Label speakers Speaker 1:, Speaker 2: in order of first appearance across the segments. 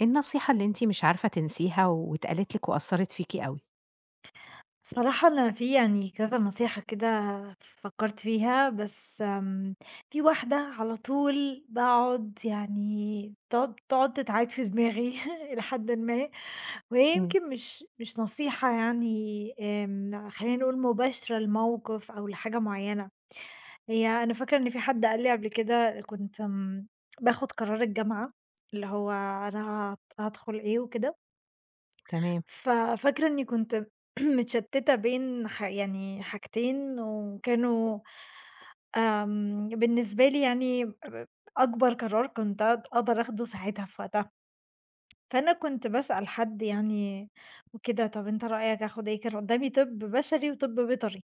Speaker 1: إيه النصيحة اللي أنتِ مش عارفة تنسيها واتقالت لِك وأثّرت فيكِ أوي؟
Speaker 2: بصراحة أنا في يعني كذا نصيحة كده فكرت فيها بس في واحدة على طول باقعد، يعني تقعد تتعاد في دماغي إلى حدٍ ما، وهي
Speaker 1: إمم.
Speaker 2: يمكن مش نصيحة يعني. خلّينا نقول مباشرة لموقف أو لحاجة معيّنة، هي أنا فاكرة إن في حد قال لي قبل كده، كنت باخد قرار الجامعة، اللي هو أنا هادخل إيه وكده.
Speaker 1: تمام.
Speaker 2: ففاكرة إني كنت متشتتة بين يعني حاجتين، وكانوا بالنسبة لي يعني أكبر قرار كنت أقدر آخده ساعتها في وقتها، فأنا كنت باسأل حد يعني وكده، "طب أنت رأيك آخد إيه؟" كان قدامي طِب بشري وطِب بيطري،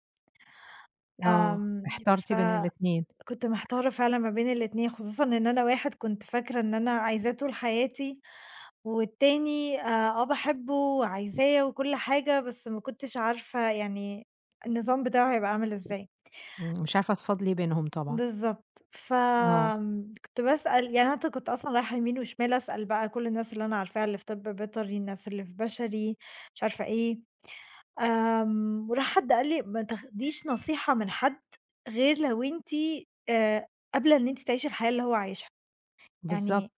Speaker 1: آه،
Speaker 2: آمم،
Speaker 1: احترتِ بين الاتنين.
Speaker 2: فكنت محتارة فعلًا ما بين الاتنين، خصوصًا إن أنا واحد كنت فاكرة إن أنا عايزاه طول حياتي، والتاني آه باحبه وعايزاه وكل حاجة، بس ما كنتش عارفة يعني النظام بتاعه هيبقى عامل إزاي.
Speaker 1: إمم. مش عارفة تفاضلي بينهم طبعًا.
Speaker 2: بالضبط.
Speaker 1: آه،
Speaker 2: فآمم كنت باسأل يعني، أنا كنت أصلًا رايحة يمين وشمال أسأل بقى كل الناس اللي أنا عارفاها، اللي في طِب بيطري، الناس اللي في بشري، مش عارفة إيه، وراح حد قال لي: "ما تاخديش نصيحة من حد غير لو أنتِ آآ قابلة إن أنتِ تعيشي الحياة اللي هو عايشها." يعني
Speaker 1: بالضبط.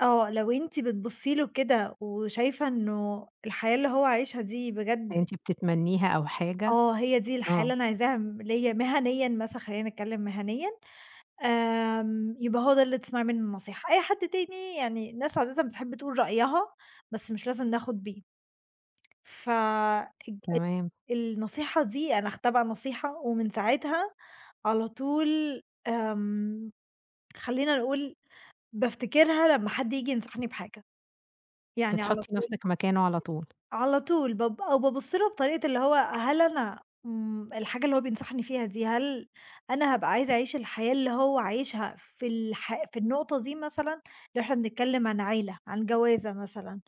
Speaker 2: آه، لو أنتِ بتبُصّي له كده وشايفة إنه الحياة اللي هو عايشها دي بجد
Speaker 1: أنتِ بتتمنّيها أو حاجة.
Speaker 2: آه، هي دي الحياة اللي
Speaker 1: آه،
Speaker 2: أنا عايزاها ليّا مهنيًا مثلًا، خلّينا نتكلم مهنيًا. يبقى هو ده اللي تسمعي منه النصيحة، أي حد تاني يعني الناس عادةً بتحب تقول رأيها، بس مش لازم ناخد بيه. ف الج
Speaker 1: تمام.
Speaker 2: النصيحة دي أنا أخدتها بقى نصيحة، ومن ساعتها على طول، آمم، خلّينا نقول بافتكرها لمّا حد ييجي ينصحني بحاجة، يعني على
Speaker 1: بتحطّي
Speaker 2: طول،
Speaker 1: نفسِك مكانه على طول.
Speaker 2: على طول بابُص له بطريقة، اللي هو هل أنا الحاجة اللي هو بينصحني فيها دي، هل أنا هابقى عايزة أعيش الحياة اللي هو عايشها في في النقطة دي مثلًا، لو إحنا بنتكلم عن عيلة، عن جوازة مثلًا،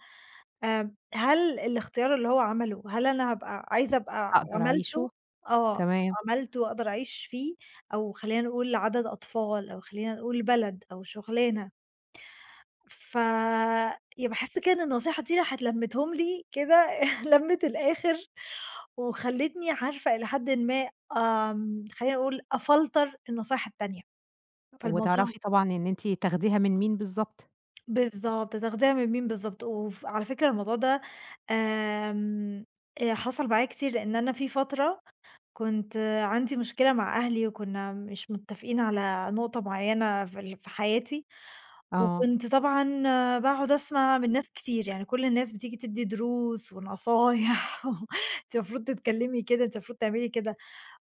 Speaker 2: هل الاختيار اللي هو عمله، هل أنا هابقى عايزة أبقى
Speaker 1: هاقدر
Speaker 2: عملته
Speaker 1: أعيشه؟
Speaker 2: آه،
Speaker 1: تمام.
Speaker 2: عملته أقدر أعيش فيه، أو خلّينا نقول عدد أطفال، أو خلّينا نقول بلد أو شُغلانة. ف ي باحس كده إن النصيحة دي راحت لمّتهم لي كده لمّة الآخر، وخلّتني عارفة إلى حدٍ ما، خلّينا نقول أفلتر النصايح التانية، فالموضوع
Speaker 1: وتعرفي طبعًا إن أنتِ تاخديها من مين بالضبط.
Speaker 2: بالضبط، تاخديها من مين بالضبط، وف على فكرة الموضوع ده، آمم، حصل معايا كتير لإن أنا في فترة كنت عندي مشكلة مع أهلي، وكنا مش متفقين على نقطة معيّنة في في حياتي.
Speaker 1: آه.
Speaker 2: وكنت طبعًا باقعد أسمع من ناس كتير، يعني كل الناس بتيجي تدّي دروس ونصايح و أنتِ المفروض تتكلمي كده، أنتِ المفروض تعملي كده.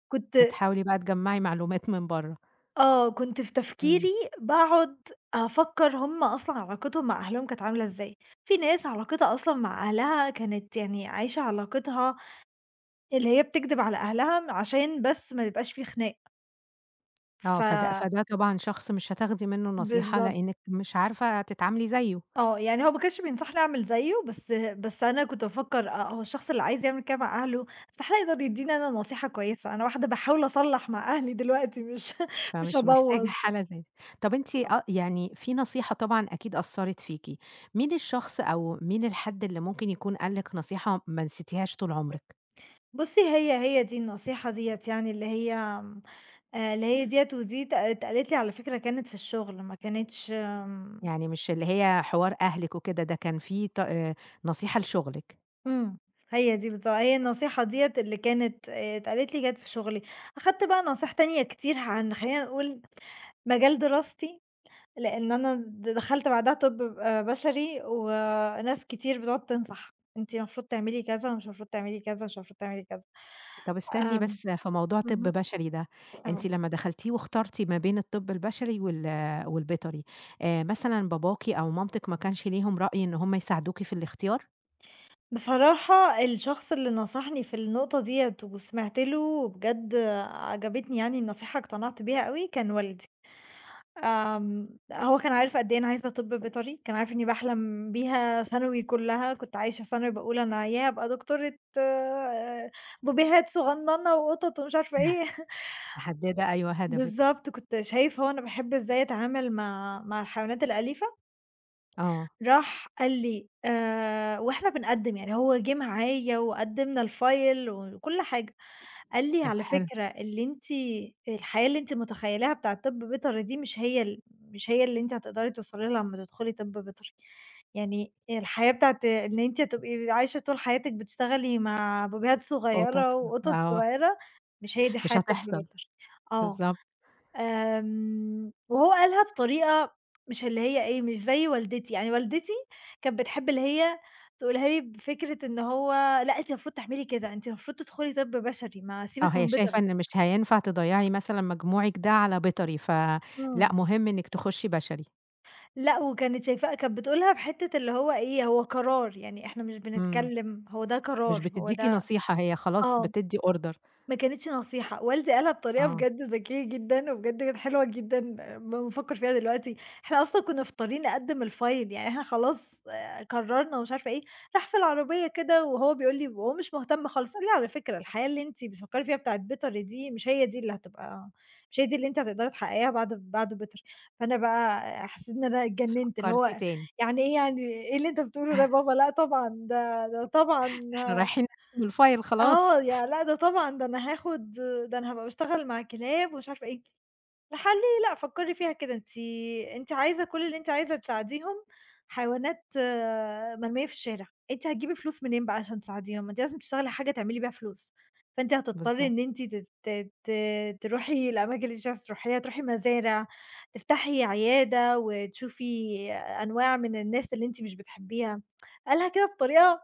Speaker 2: كنت
Speaker 1: بتحاولي بقى تجمّعي معلومات من برّه.
Speaker 2: آه، كنت في
Speaker 1: إمم.
Speaker 2: تفكيري باقعد أفكّر هم أصلًا علاقتهم مع أهلهم كانت عاملة إزاي. في ناس علاقتها أصلًا مع أهلها كانت يعني عايشة علاقتها اللي هي بتكدب على أهلها عشان بس ما يبقاش في خناق. ف
Speaker 1: آه، فده طبعًا شخص مش هتاخدي منه نصيحة
Speaker 2: بالضبط.
Speaker 1: لإنِّك مش عارفة تتعاملي زيه.
Speaker 2: آه، يعني هو ما كانش بينصحني أعمل زيه، بس أنا كنت بافكّر آه، هو الشخص اللي عايز يعمل كده مع أهله، استحالة يقدر يدّيني أنا نصيحة كويسة، أنا واحدة باحاول أصلّح مع أهلي دلوقتي مش مش
Speaker 1: فمش محتاجة
Speaker 2: هابوّظ.
Speaker 1: حالة زي دي. طب أنتِ يعني في نصيحة طبعًا أكيد أثّرت فيكِ. مين الشخص أو مين الحد اللي ممكن يكون قال لِك نصيحة ما نسيتيهاش طول عمرك؟
Speaker 2: بُصّي، هي دي النصيحة ديّة يعني اللي هي آمم، اللي هي ديّة ودي ات اتقالت لي على فكرة، كانت في الشغل، ما كانتش
Speaker 1: يعني مش اللي هي حوار أهلِك وكده، ده كان في ط نصيحة لشغلِك.
Speaker 2: إمم، هي دي هي النصيحة ديّة اللي كانت اتقالت لي جات في شغلي. أخدت بقى نصايح تانية كتير عن، خلّينا نقول، مجال دراستي. لإن أنا دخلت بعدها طِب بشري، وناس كتير بتقعد تنصح، أنتِ المفروض تعملي كذا، ومش المفروض تعملي كذا، مش المفروض تعملي كذا،
Speaker 1: طب استني
Speaker 2: آمم
Speaker 1: بس في موضوع طِب
Speaker 2: اهم،
Speaker 1: بشري ده. أنتِ
Speaker 2: أهو.
Speaker 1: لمّا دخلتيه واخترتِ ما بين الطِب البشري والبيطري، مثلًا باباكِ أو مامتِك ما كانش ليهم رأي إن هم يساعدوكِ في الاختيار؟
Speaker 2: بصراحة الشخص اللي نصحني في النقطة ديّة وسمعت له وبجد عجبتني يعني النصيحة، اقتنعت بيها أوي، كان والدي. هو كان عارف قد إيه أنا عايزة طِب بيطري، كان عارف إنّي باحلم بيها ثانوي كلّها، كنت عايشة ثانوي باقول أنا ياه أبقى دكتورة، آه، بوبيهات صغنّنة وقطط ومش عارفة إيه.
Speaker 1: محددة أيوه هدفِك.
Speaker 2: بالضبط، كنت شايف هو أنا باحب إزاي أتعامل مع الحيوانات الأليفة،
Speaker 1: آه،
Speaker 2: راح قال لي وإحنا بنقدّم، يعني هو جِه معايا وقدّمنا الfile وكل حاجة، قال لي:
Speaker 1: طب
Speaker 2: "على
Speaker 1: حلو.
Speaker 2: فكرة اللي أنتِ، الحياة اللي أنتِ متخيّلاها بتاعة طِب بيطري دي مش هي اللي أنتِ هتقدري توصلي لها لمّا تدخلي طِب بيطري، يعني الحياة بتاعة إن أنتِ هتبقي عايشة طول حياتِك بتشتغلي مع بيبيهات
Speaker 1: قطط،
Speaker 2: صغيّرة وقطط
Speaker 1: آه.
Speaker 2: صغيّرة، مش هي دي
Speaker 1: مش
Speaker 2: حياة طِب
Speaker 1: هتحصل.
Speaker 2: بيطري." آه.
Speaker 1: بالضبط.
Speaker 2: وهو قالها بطريقة، مش اللي هي إيه، مش زي والدتي، يعني والدتي كانت بتحب، اللي هي تقولها لي بفكرة إن هو لأ، أنتِ المفروض تعملي كده، أنتِ المفروض تدخلي طِب بشري، ما
Speaker 1: آه،
Speaker 2: سيبِك
Speaker 1: هي
Speaker 2: من
Speaker 1: شايفة
Speaker 2: بيطري.
Speaker 1: إن مش هينفع تضيّعي مثلًا مجموعِك ده على بيطري، فلأ
Speaker 2: إمم.
Speaker 1: مهم إنِّك تخشّي بشري.
Speaker 2: لأ، وكانت شايفاه، كانت بتقولها بحتة، اللي هو إيه، هو قرار، يعني إحنا مش
Speaker 1: إمم،
Speaker 2: بنتكلم، هو ده
Speaker 1: مش
Speaker 2: قرار، هو
Speaker 1: بتدّيكِ
Speaker 2: ده
Speaker 1: نصيحة، هي خلاص
Speaker 2: آه.
Speaker 1: بتدّي order.
Speaker 2: ما كانتش نصيحة، والدي قالها بطريقة
Speaker 1: آه،
Speaker 2: بجد ذكية جدًا، وبجد كانت حلوة جدًا لمّا بافكّر فيها دلوقتي، إحنا أصلًا كنا في الطريق نقدّم الفايل، يعني إحنا خلاص قرّرنا ومش عارفة إيه، راح في العربية كده وهو بيقول لي وهو مش مهتم خالص، قال لي: "على فكرة الحياة اللي أنتِ بتفكّري فيها بتاعة بيتر دي مش هي دي اللي هتبقى، مش هي دي اللي أنتِ هتقدري تحققيها بعد بيتر." فأنا بقى حسّيت إن أنا اتجنّنت، اللي
Speaker 1: فكّرتِ
Speaker 2: هو
Speaker 1: تاني.
Speaker 2: يعني إيه اللي أنت بتقوله ده يا بابا؟ لأ طبعًا، ده طبعًا
Speaker 1: إحنا رايحين نختم الfile خلاص.
Speaker 2: آه، لأ ده طبعًا، ده أنا هابقى باشتغل مع كلاب ومش عارفة إيه، راح قال لي: "لأ فكّري فيها كده أنتِ، عايزة كل اللي أنتِ عايزة تساعديهم حيوانات آه، مرمية في الشارع، أنتِ هتجيبي فلوس منين بقى عشان تساعديهم؟ ما أنتِ لازم تشتغلي حاجة تعملي بيها فلوس، فأنتِ هتضطري
Speaker 1: بالضبط.
Speaker 2: إن أنتِ ت ت ت تروحي الأماكن اللي أنتِ مش عايزة تروحيها، تروحي مزارع، تفتحي عيادة وتشوفي أنواع من الناس اللي أنتِ مش بتحبيها." قالها كده بطريقة،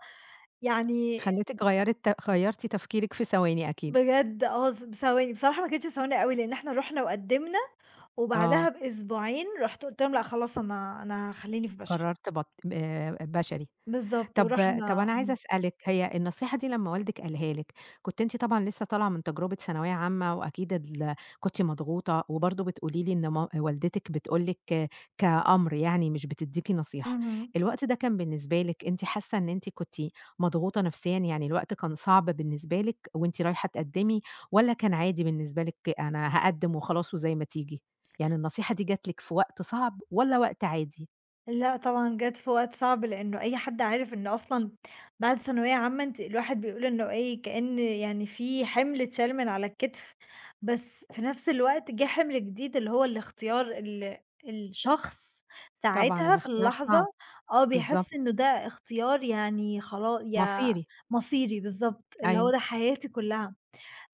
Speaker 2: يعني
Speaker 1: خلّيتِك غيّرتِ تفكيرِك في ثواني أكيد.
Speaker 2: بجد آه، بثواني، بصراحة ما كانتش ثواني أوي، لإن إحنا رُحنا وقدّمنا، وبعدها
Speaker 1: آه،
Speaker 2: بأسبوعين رُحت قُلت لهم لأ خلاص أنا خلّيني في بشري،
Speaker 1: قررت بط بشري.
Speaker 2: بالضبط
Speaker 1: طب
Speaker 2: ورُحنا
Speaker 1: طب أنا عايزة
Speaker 2: إمم،
Speaker 1: أسألِك. هي النصيحة دي لمّا والدِك قالها لِك، كنتِ أنتِ طبعًا لسه طالعة من تجربة ثانوية عامة، وأكيد كنتِ مضغوطة، وبرضه بتقولي لي إن ما والدتِك بتقول لِك كأمر، يعني مش بتدّيكِ نصيحة.
Speaker 2: اهم.
Speaker 1: الوقت ده كان بالنسبة لِك أنتِ حاسة إن أنتِ كنتِ مضغوطة نفسيًا، يعني الوقت كان صعب بالنسبة لِك وأنتِ رايحة تقدّمي، والّا كان عادي بالنسبة لِك أنا هاقدّم وخلاص وزي ما تيجي؟ يعني النصيحة دي جات لِك في وقت صعب والّا وقت عادي؟
Speaker 2: لأ طبعًا جات في وقت صعب، لإنه أي حد عارف إن أصلًا بعد ثانوية عامة أنتِ، الواحد بيقول إنه إيه، كأن يعني في حمل اتشال من على الكتف، بس في نفس الوقت جه حمل جديد اللي هو الاختيار ال الشخص
Speaker 1: طبعًا
Speaker 2: ساعتها في
Speaker 1: الاختيار صعب.
Speaker 2: اللحظة آه،
Speaker 1: بالضبط،
Speaker 2: بيحس إنه ده اختيار يعني خلا يا
Speaker 1: مصيري.
Speaker 2: مصيري بالضبط، اللي هو
Speaker 1: أيوه.
Speaker 2: ده حياتي كلها.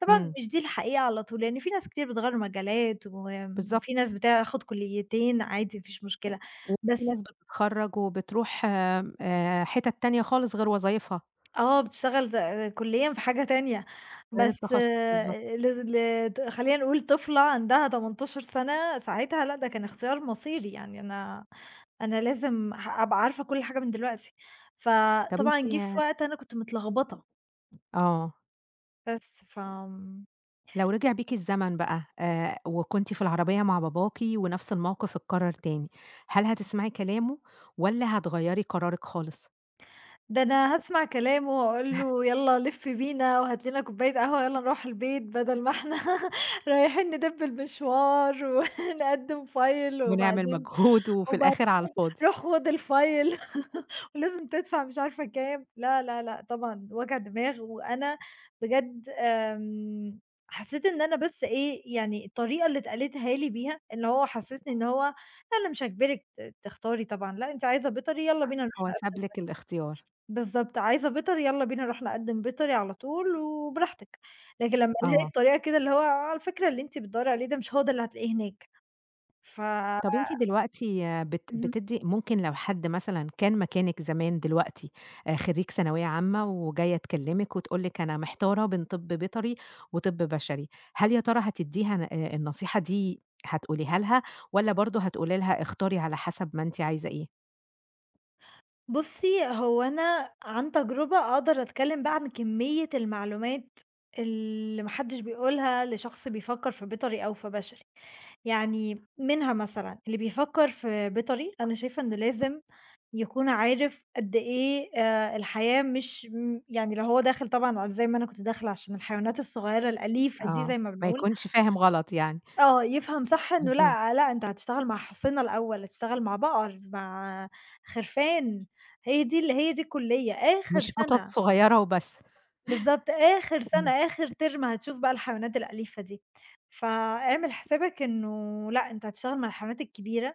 Speaker 2: طبعًا
Speaker 1: إمم.
Speaker 2: مش دي الحقيقة على طول، لإن في ناس كتير بتغيّر مجالات، وفي ناس
Speaker 1: بالضبط.
Speaker 2: بتاخد كليتين عادي ما فيش مشكلة،
Speaker 1: وفي ناس
Speaker 2: بس
Speaker 1: بتتخرّج وبتروح آمم، حِتت تانية خالص غير وظايفها.
Speaker 2: آه، بتشتغل كليًا في حاجة تانية،
Speaker 1: غير
Speaker 2: بس
Speaker 1: التخصُّص بالضبط.
Speaker 2: آه، ل ل ت خلّينا نقول طفلة عندها 18 سَنة ساعتها لأ، ده كان اختيار مصيري، يعني أنا لازم أبقى عارفة كل حاجة من دلوقتي،
Speaker 1: طَب
Speaker 2: فطبعًا
Speaker 1: أنتِ
Speaker 2: جه في وقت أنا كنت متلخبطة،
Speaker 1: آه،
Speaker 2: بس
Speaker 1: لو رجع بيكِ الزمن بقى، وكنتِ في العربية مع باباكِ ونفْس الموقِف اتكرّر تاني، هل هتسمعي كلامه والّا هتغيّري قرارِك خالص
Speaker 2: ده أنا هاسمع كلامه وأقول له يالّا لِف بينا وهات لنا كوباية قهوة يالّا نروح البيت بدل ما إحنا رايحين ندب المشوار ونقدّم file
Speaker 1: ونعمل
Speaker 2: وبعدين
Speaker 1: مجهود وفي
Speaker 2: وب
Speaker 1: الآخِر على الفاضي؟
Speaker 2: روح خُد الفايل ولازم تدفع مش عارفة كام، لا، لا، لأ طبعًا وجع دماغ، وأنا بجد حسّيت إن أنا بس إيه، يعني الطريقة اللي اتقالتها لي بيها، إن هو حسّسني إن هو لا أنا مش هاجبرِك تختاري طبعًا، لأ أنتِ عايزة بيتر يالّا بينا نروح
Speaker 1: هو ساب لِك الاختيار.
Speaker 2: بالضبط، عايزة بيتر يالّا بينا نروح نقدّم بيتري على طول وبراحتك، لكن لمّا إمم.
Speaker 1: آه.
Speaker 2: لقيت طريقة كده اللي هو على فكرة اللي أنتِ بتدوّري عليه ده مش هو ده اللي هتلاقيه هناك، ف اهم.
Speaker 1: طب أنتِ دلوقتي آه، بتدّي ممكن لو حد مثلًا كان مكانِك زمان دلوقتي خرّيج ثانوية عامة وجاية تكلّمِك وتقول لِك أنا محتارة بين طِب بيطري وطِب بشري، هل يا ترى هتدّيها ن النصيحة دي هتقوليها لها، والّا برضه هتقولي لها اختاري على حسب ما أنتِ عايزة إيه؟
Speaker 2: بُصّي، هو أنا عن تجربة أقدر أتكلّم بقى عن كمية المعلومات اللي ما حدّش بيقولها لشخص بيفكّر في بيطري أو في بشري، يعني منها مثلًا اللي بيفكّر في بيطري أنا شايفة إنه لازم يكون عارف قد إيه الحياة، مش يعني لو هو داخل طبعًا على زي ما أنا كنت داخلة عشان الحيوانات الصغيّرة الأليفة دي
Speaker 1: آه،
Speaker 2: زي ما
Speaker 1: ما
Speaker 2: بنقول،
Speaker 1: يكونش فاهم غلط يعني.
Speaker 2: آه، يفهم صح إنه
Speaker 1: بالضبط،
Speaker 2: لأ، أنت هتشتغل مع حصينة الأول، هتشتغل مع بقر، مع خرفان، هي دي الكلية، آخر
Speaker 1: مش قطط
Speaker 2: سنة
Speaker 1: صغيرة وبس.
Speaker 2: بالضبط، آخر سنة،
Speaker 1: إمم.
Speaker 2: آخر ترم هتشوف بقى الحيوانات الأليفة دي، فاعمل حسابك إنه لأ، أنت هتشتغل مع الحيوانات الكبيرة،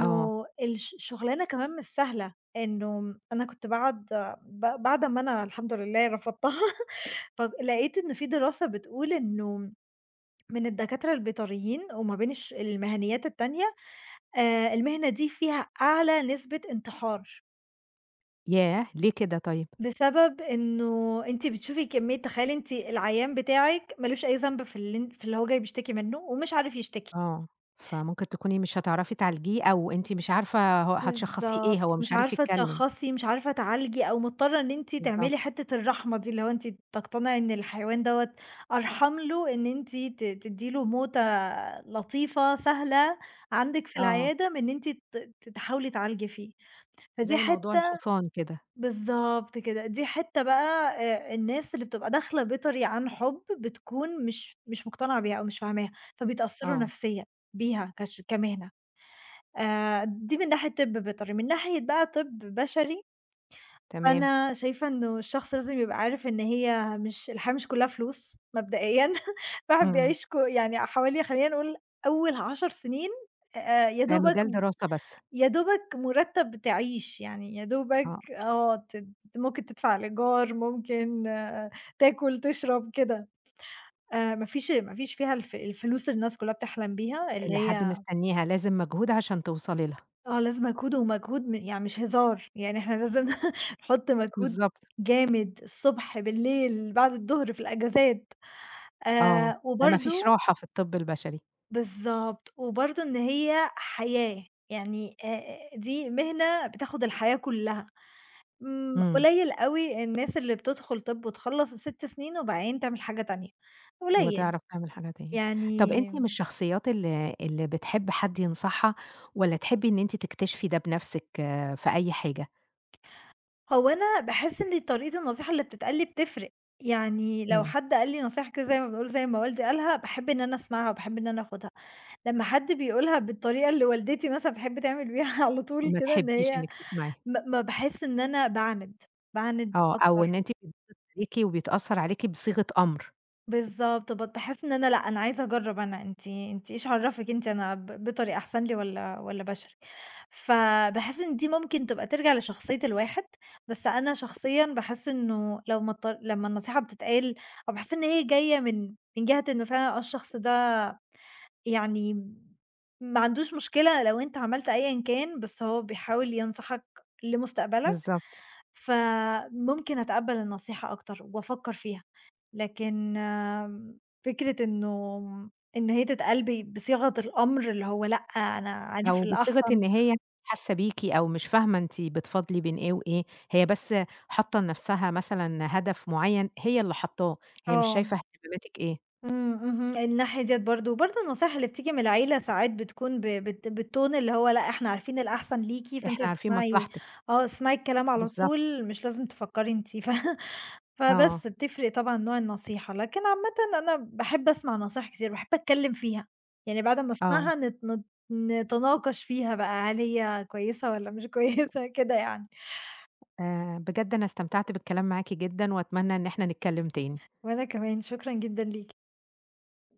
Speaker 1: آه.
Speaker 2: شغلانة كمان مش سهلة، إنه أنا كنت باقعد بعد أمّا أنا الحمد لله رفضتها، فلقيت إن في دراسة بتقول إنه من الدكاترة البيطريين وما بين المهنيات التانية المهنة دي فيها أعلى نسبة انتحار،
Speaker 1: ياه! ليه كده طيب؟
Speaker 2: بسبب إنه أنتِ بتشوفي كمية، تخيلي أنتِ العيان بتاعِك ما لوش أي ذنب في اللي في اللي هو جاي بيشتكي منه ومش عارف يشتكي.
Speaker 1: آه، فممكن تكوني مش هتعرفي تعالجيه، أو أنتِ مش عارفة هو هتشخّصيه
Speaker 2: بالضبط،
Speaker 1: إيه، هو
Speaker 2: مش
Speaker 1: مش عارف
Speaker 2: عارفة
Speaker 1: يتكلم.
Speaker 2: تشخّصي، مش عارفة تعالجي أو مضطرة إن أنتِ
Speaker 1: بالضبط.
Speaker 2: تعملي حتّة الرحمة دي، اللي هو أنتِ تقتنعي إن الحيوان دوّة أرحم له إن أنتِ تدّي له موتة لطيفة سهلة عندِك في
Speaker 1: آه،
Speaker 2: العيادة من إن أنتِ ت ت تحاولي تعالجي فيه. فدي
Speaker 1: زي موضوع
Speaker 2: حتّة
Speaker 1: الحصان كده.
Speaker 2: بالضبط كده، دي حتّة بقى الناس اللي بتبقى داخلة بطريقة عن حُب بتكون مش مقتنعة بيها أو مش فاهماها، فبيتأثّروا
Speaker 1: آه.
Speaker 2: نفسيًا بيها كمهنة. دي من ناحية طِب بيطري، من ناحية بقى طِب بشري،
Speaker 1: تمام.
Speaker 2: فأنا شايفة إنه الشخص لازم يبقى عارف إن هي مش، الحياة مش كلّها فلوس مبدئيًا، الواحد
Speaker 1: إمم.
Speaker 2: بيعيش يعني حوالي، خلّينا نقول، أول 10 سنين يا دوبك،
Speaker 1: مجال دراسة بس.
Speaker 2: يا دوبك مرتّب تعيش، يعني يا
Speaker 1: آه.
Speaker 2: دوبك آه، ممكن تدفع الإيجار، ممكن آه، تاكل، تشرب، كده. ما فيش فيها الفلوس اللي الناس كلّها بتحلم بيها، اللي
Speaker 1: اللي حد
Speaker 2: هي
Speaker 1: مستنيها لازم مجهود عشان توصلي لها.
Speaker 2: آه، لازم مجهود ومجهود يعني مش هزار، يعني إحنا لازم نحُط مجهود
Speaker 1: بالضبط.
Speaker 2: جامد الصبح، بالليل، بعد الضهر، في الأجازات.
Speaker 1: آه، ما فيش
Speaker 2: وبرضه
Speaker 1: راحة في الطب البشري.
Speaker 2: بالضبط، وبرضه إن هي حياة، يعني دي مهنة بتاخد الحياة كلّها. إمم،
Speaker 1: إمم.
Speaker 2: قليل أوي الناس اللي بتدخل طِب وتخلّص ال6 سنين وبعدين تعمل حاجة تانية، قليل.
Speaker 1: وتعرف تعمل حاجة تاني.
Speaker 2: يعني
Speaker 1: طب أنتِ من الشخصيات اللي بتحب حد ينصحها، والّا تحبي إن أنتِ تكتشفي ده بنفسِك آه، في أي حاجة؟
Speaker 2: هو أنا باحس إن طريقة النصيحة اللي بتتقال لي بتفرق، يعني لو
Speaker 1: إمم،
Speaker 2: حد قال لي نصيحة كده زي ما بنقول زي ما والدي قالها، باحب إن أنا أسمعها وباحب إن أنا آخُدها. لمّا حد بيقولها بالطريقة اللي والدتي مثلًا بتحب تعمل بيها على طول
Speaker 1: ما
Speaker 2: كده إن
Speaker 1: تحبيش
Speaker 2: هي
Speaker 1: إنِّك تسمعي.
Speaker 2: ما باحس إن أنا باعاند،
Speaker 1: آه، أو
Speaker 2: أكتر.
Speaker 1: إن أنتِ بيضغط عليكِ وبيتأثّر عليكِ بصيغة أمر.
Speaker 2: بالضبط، باحس إن أنا لأ، أنا عايزة أجرّب أنا، أنتِ إيش عرّفِك أنتِ أنا بيطري أحسن لي والّا بشري؟ فباحس إن دي ممكن تبقى ترجع لشخصية الواحد، بس أنا شخصيًا باحس إنه لو ما اضط لمّا النصيحة بتتقال أو باحس إن هي جاية من جهة إنه فعلًا آه الشخص ده، يعني ما عندوش مشكلة لو أنت عملت أيًا كان، بس هو بيحاول ينصحك لمستقبلك،
Speaker 1: بالضبط،
Speaker 2: فممكن أتقبّل النصيحة أكتر وأفكّر فيها، لكن فكرة إنه إن هي تتقال بصيغة الأمر، اللي هو لأ، أنا عارف
Speaker 1: أو بصيغة
Speaker 2: الأحسن.
Speaker 1: إن هي حاسة بيكِ أو مش فاهمة أنتِ بتفاضلي بين إيه وإيه، هي بس حاطة لنفسها مثلًا هدف معيّن هي اللي حاطاه، هي مش
Speaker 2: آه.
Speaker 1: شايفة اهتماماتِك إيه،
Speaker 2: إمم، اهم، الناحية ديّة برضه، وبرضه النصايح اللي بتيجي من العيلة ساعات بتكون ب بت بالتون، اللي هو لأ إحنا عارفين الأحسن ليكِ، فأنتِ
Speaker 1: إحنا عارفين
Speaker 2: هتسمعي
Speaker 1: مصلحتِك.
Speaker 2: آه، اسمعي الكلام على
Speaker 1: بالضبط.
Speaker 2: طول مش لازم تفكّري أنتِ
Speaker 1: آه.
Speaker 2: فبس بتفرق طبعًا نوع النصيحة، لكن عامةً أنا باحب أسمع نصايح كتير، باحب أتكلّم فيها، يعني بعد ما
Speaker 1: آه.
Speaker 2: أسمعها نت نت نتناقش فيها بقى هل هي كويسة والّا مش كويسة كده يعني،
Speaker 1: بجد أنا استمتعت بالكلام معاكِ جدًا وأتمنى إن إحنا نتكلّم تاني.
Speaker 2: وأنا كمان شكرًا جدًا ليكِ.